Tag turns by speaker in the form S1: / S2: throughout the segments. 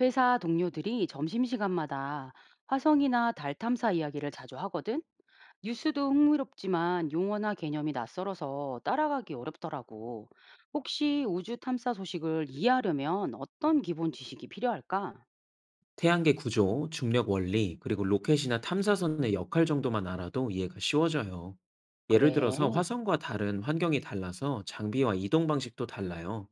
S1: 회사 동료들이 점심시간마다 화성이나 달 탐사 이야기를 자주 하거든? 뉴스도 흥미롭지만 용어나 개념이 낯설어서 따라가기 어렵더라고. 혹시 우주 탐사 소식을 이해하려면 어떤 기본 지식이 필요할까?
S2: 태양계 구조, 중력 원리, 그리고 로켓이나 탐사선의 역할 정도만 알아도 이해가 쉬워져요. 예를
S1: 그래.
S2: 들어서 화성과 다른 환경이 달라서 장비와 이동 방식도 달라요.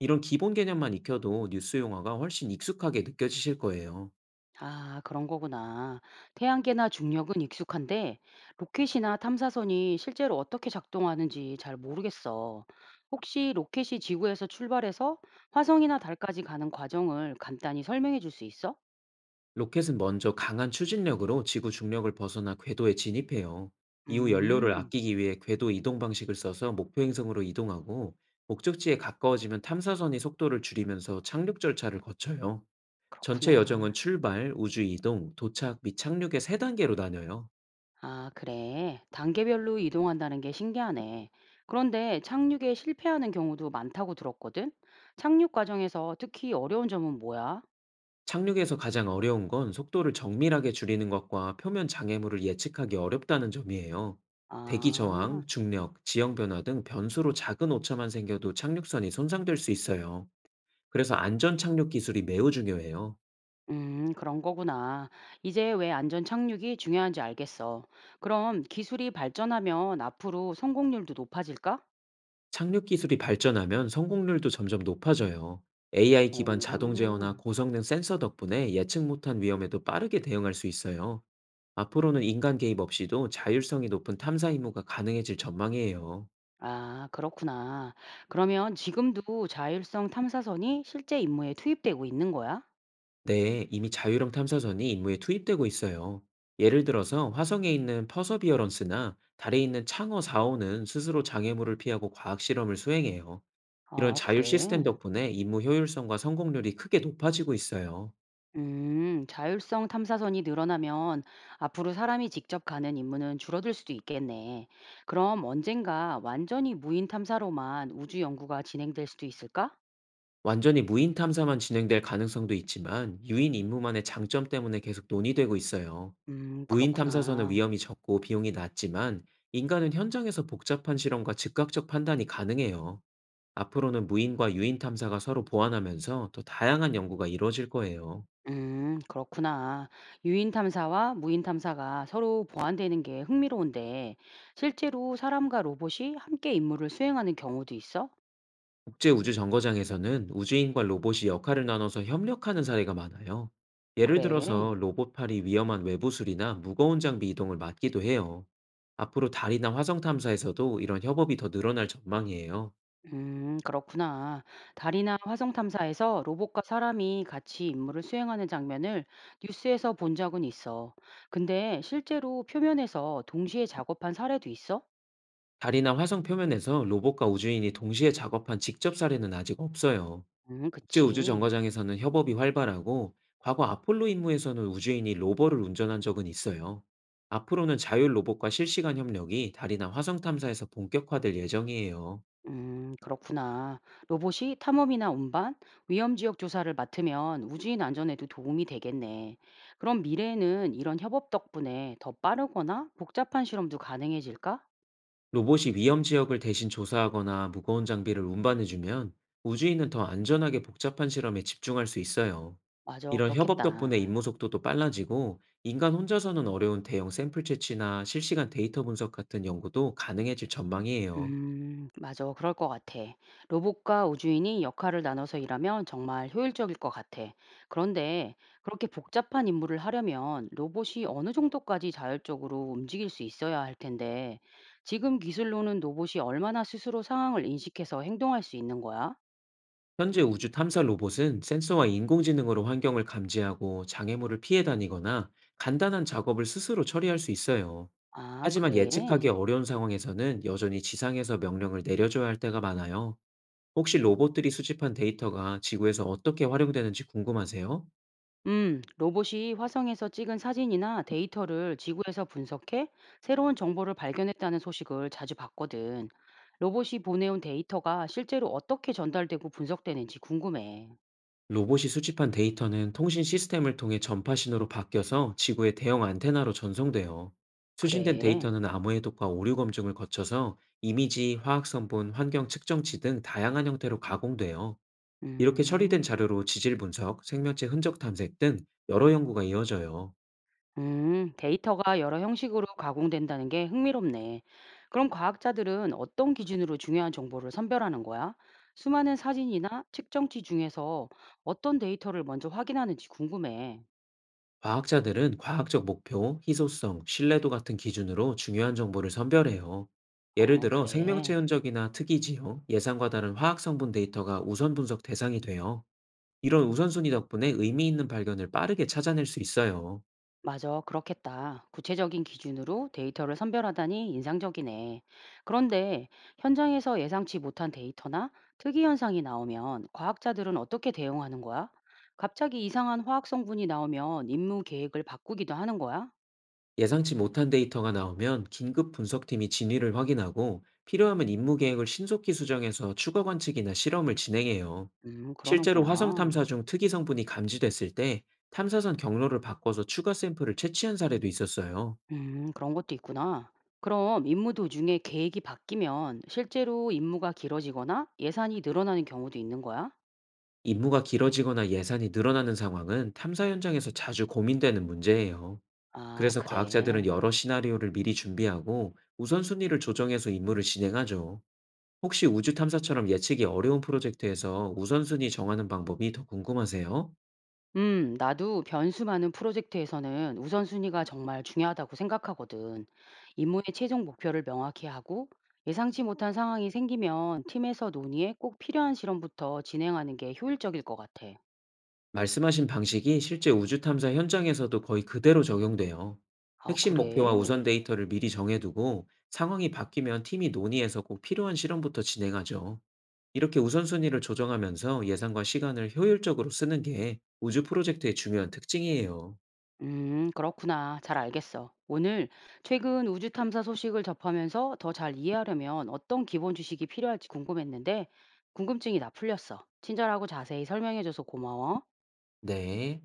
S2: 이런 기본 개념만 익혀도 뉴스 용어가 훨씬 익숙하게 느껴지실 거예요.
S1: 아, 그런 거구나. 태양계나 중력은 익숙한데 로켓이나 탐사선이 실제로 어떻게 작동하는지 잘 모르겠어. 혹시 로켓이 지구에서 출발해서 화성이나 달까지 가는 과정을 간단히 설명해 줄 수 있어?
S2: 로켓은 먼저 강한 추진력으로 지구 중력을 벗어나 궤도에 진입해요. 이후 연료를
S1: 음,
S2: 아끼기 위해 궤도 이동 방식을 써서 목표 행성으로 이동하고 목적지에 가까워지면 탐사선이 속도를 줄이면서 착륙 절차를 거쳐요. 전체 여정은
S1: 그렇구나.
S2: 출발, 우주 이동, 도착 및 착륙의 세 단계로 나뉘어요.
S1: 아, 그래. 단계별로 이동한다는 게 신기하네. 그런데 착륙에 실패하는 경우도 많다고 들었거든? 착륙 과정에서 특히 어려운 점은 뭐야?
S2: 착륙에서 가장 어려운 건 속도를 정밀하게 줄이는 것과 표면 장애물을 예측하기 어렵다는 점이에요. 대기
S1: 아.
S2: 저항, 중력, 지형 변화 등 변수로 작은 오차만 생겨도 착륙선이 손상될 수 있어요. 그래서 안전 착륙 기술이 매우 중요해요.
S1: 그런 거구나. 이제 왜 안전 착륙이 중요한지 알겠어. 그럼 기술이 발전하면 앞으로 성공률도 높아질까?
S2: 착륙 기술이 발전하면 성공률도 점점 높아져요. AI 기반 자동
S1: 오.
S2: 제어나 고성능 센서 덕분에 예측 못한 위험에도 빠르게 대응할 수 있어요. 앞으로는 인간 개입 없이도 자율성이 높은 탐사 임무가 가능해질 전망이에요.
S1: 아, 그렇구나. 그러면 지금도 자율성 탐사선이 실제 임무에 투입되고 있는 거야?
S2: 네, 이미 자율형 탐사선이 임무에 투입되고 있어요. 예를 들어서 화성에 있는 퍼서비어런스나 달에 있는 창어 4호는 스스로 장애물을 피하고 과학 실험을 수행해요. 이런
S1: 아,
S2: 자율 시스템
S1: 그래.
S2: 덕분에 임무 효율성과 성공률이 크게 높아지고 있어요.
S1: 자율성 탐사선이 늘어나면 앞으로 사람이 직접 가는 임무는 줄어들 수도 있겠네. 그럼 언젠가 완전히 무인 탐사로만 우주 연구가 진행될 수도 있을까?
S2: 완전히 무인 탐사만 진행될 가능성도 있지만 유인 임무만의 장점 때문에 계속 논의되고 있어요. 무인 탐사선은
S1: 그렇구나.
S2: 위험이 적고 비용이 낮지만 인간은 현장에서 복잡한 실험과 즉각적 판단이 가능해요. 앞으로는 무인과 유인 탐사가 서로 보완하면서 더 다양한 연구가 이루어질 거예요.
S1: 그렇구나. 유인 탐사와 무인 탐사가 서로 보완되는 게 흥미로운데 실제로 사람과 로봇이 함께 임무를 수행하는 경우도 있어?
S2: 국제우주정거장에서는 우주인과 로봇이 역할을 나눠서 협력하는 사례가 많아요. 예를 들어서
S1: 그래.
S2: 로봇팔이 위험한 외부술이나 무거운 장비 이동을 맡기도 해요. 앞으로 달이나 화성 탐사에서도 이런 협업이 더 늘어날 전망이에요.
S1: 그렇구나. 달이나 화성 탐사에서 로봇과 사람이 같이 임무를 수행하는 장면을 뉴스에서 본 적은 있어. 근데 실제로 표면에서 동시에 작업한 사례도 있어?
S2: 달이나 화성 표면에서 로봇과 우주인이 동시에 작업한 직접 사례는 아직 없어요.
S1: 그치.
S2: 국제우주정거장에서는 협업이 활발하고 과거 아폴로 임무에서는 우주인이 로버를 운전한 적은 있어요. 앞으로는 자율 로봇과 실시간 협력이 달이나 화성 탐사에서 본격화될 예정이에요.
S1: 그렇구나. 로봇이 탐험이나 운반, 위험 지역 조사를 맡으면 우주인 안전에도 도움이 되겠네. 그럼 미래에는 이런 협업 덕분에 더 빠르거나 복잡한 실험도 가능해질까?
S2: 로봇이 위험 지역을 대신 조사하거나 무거운 장비를 운반해주면 우주인은 더 안전하게 복잡한 실험에 집중할 수 있어요.
S1: 맞아,
S2: 이런 협업 덕분에
S1: 그렇겠다.
S2: 임무 속도도 빨라지고 인간 혼자서는 어려운 대형 샘플 채취나 실시간 데이터 분석 같은 연구도 가능해질 전망이에요.
S1: 맞아. 그럴 것 같아. 로봇과 우주인이 역할을 나눠서 일하면 정말 효율적일 것 같아. 그런데 그렇게 복잡한 임무를 하려면 로봇이 어느 정도까지 자율적으로 움직일 수 있어야 할 텐데, 지금 기술로는 로봇이 얼마나 스스로 상황을 인식해서 행동할 수 있는 거야?
S2: 현재 우주 탐사 로봇은 센서와 인공지능으로 환경을 감지하고 장애물을 피해 다니거나 간단한 작업을 스스로 처리할 수 있어요.
S1: 아,
S2: 하지만 예측하기
S1: 그래.
S2: 어려운 상황에서는 여전히 지상에서 명령을 내려줘야 할 때가 많아요. 혹시 로봇들이 수집한 데이터가 지구에서 어떻게 활용되는지 궁금하세요?
S1: 로봇이 화성에서 찍은 사진이나 데이터를 지구에서 분석해 새로운 정보를 발견했다는 소식을 자주 봤거든. 로봇이 보내온 데이터가 실제로 어떻게 전달되고 분석되는지 궁금해.
S2: 로봇이 수집한 데이터는 통신 시스템을 통해 전파 신호로 바뀌어서 지구의 대형 안테나로 전송돼요. 수신된
S1: 그래.
S2: 데이터는 암호해독과 오류 검증을 거쳐서 이미지, 화학성분, 환경 측정치 등 다양한 형태로 가공돼요. 이렇게 처리된
S1: 음,
S2: 자료로 지질 분석, 생명체 흔적 탐색 등 여러 연구가 이어져요.
S1: 데이터가 여러 형식으로 가공된다는 게 흥미롭네. 그럼 과학자들은 어떤 기준으로 중요한 정보를 선별하는 거야? 수많은 사진이나 측정치 중에서 어떤 데이터를 먼저 확인하는지 궁금해.
S2: 과학자들은 과학적 목표, 희소성, 신뢰도 같은 기준으로 중요한 정보를 선별해요. 예를
S1: 어,
S2: 들어
S1: 그래.
S2: 생명체 흔적이나 특이 지형, 예상과 다른 화학 성분 데이터가 우선 분석 대상이 돼요. 이런 우선순위 덕분에 의미 있는 발견을 빠르게 찾아낼 수 있어요.
S1: 맞아, 그렇겠다. 구체적인 기준으로 데이터를 선별하다니 인상적이네. 그런데 현장에서 예상치 못한 데이터나 특이 현상이 나오면 과학자들은 어떻게 대응하는 거야? 갑자기 이상한 화학 성분이 나오면 임무 계획을 바꾸기도 하는 거야?
S2: 예상치 못한 데이터가 나오면 긴급 분석팀이 진위를 확인하고 필요하면 임무 계획을 신속히 수정해서 추가 관측이나 실험을 진행해요. 실제로 화성 탐사
S1: 그러는구나.
S2: 중 특이 성분이 감지됐을 때 탐사선 경로를 바꿔서 추가 샘플을 채취한 사례도 있었어요.
S1: 그런 것도 있구나. 그럼 임무 도중에 계획이 바뀌면 실제로 임무가 길어지거나 예산이 늘어나는 경우도 있는 거야?
S2: 임무가 길어지거나 예산이 늘어나는 상황은 탐사 현장에서 자주 고민되는 문제예요.
S1: 아,
S2: 그래서 과학자들은
S1: 그래.
S2: 여러 시나리오를 미리 준비하고 우선순위를 조정해서 임무를 진행하죠. 혹시 우주 탐사처럼 예측이 어려운 프로젝트에서 우선순위 정하는 방법이 더 궁금하세요?
S1: 나도 변수 많은 프로젝트에서는 우선순위가 정말 중요하다고 생각하거든. 임무의 최종 목표를 명확히 하고 예상치 못한 상황이 생기면 팀에서 논의해 꼭 필요한 실험부터 진행하는 게 효율적일 것 같아.
S2: 말씀하신 방식이 실제 우주 탐사 현장에서도 거의 그대로 적용돼요.
S1: 아,
S2: 핵심 목표와 우선
S1: 그래?
S2: 데이터를 미리 정해두고 상황이 바뀌면 팀이 논의해서 꼭 필요한 실험부터 진행하죠. 이렇게 우선순위를 조정하면서 예산과 시간을 효율적으로 쓰는 게 우주 프로젝트의 중요한 특징이에요.
S1: 그렇구나. 잘 알겠어. 오늘 최근 우주 탐사 소식을 접하면서 더 잘 이해하려면 어떤 기본 지식이 필요할지 궁금했는데 궁금증이 다 풀렸어. 친절하고 자세히 설명해줘서 고마워.
S2: 네.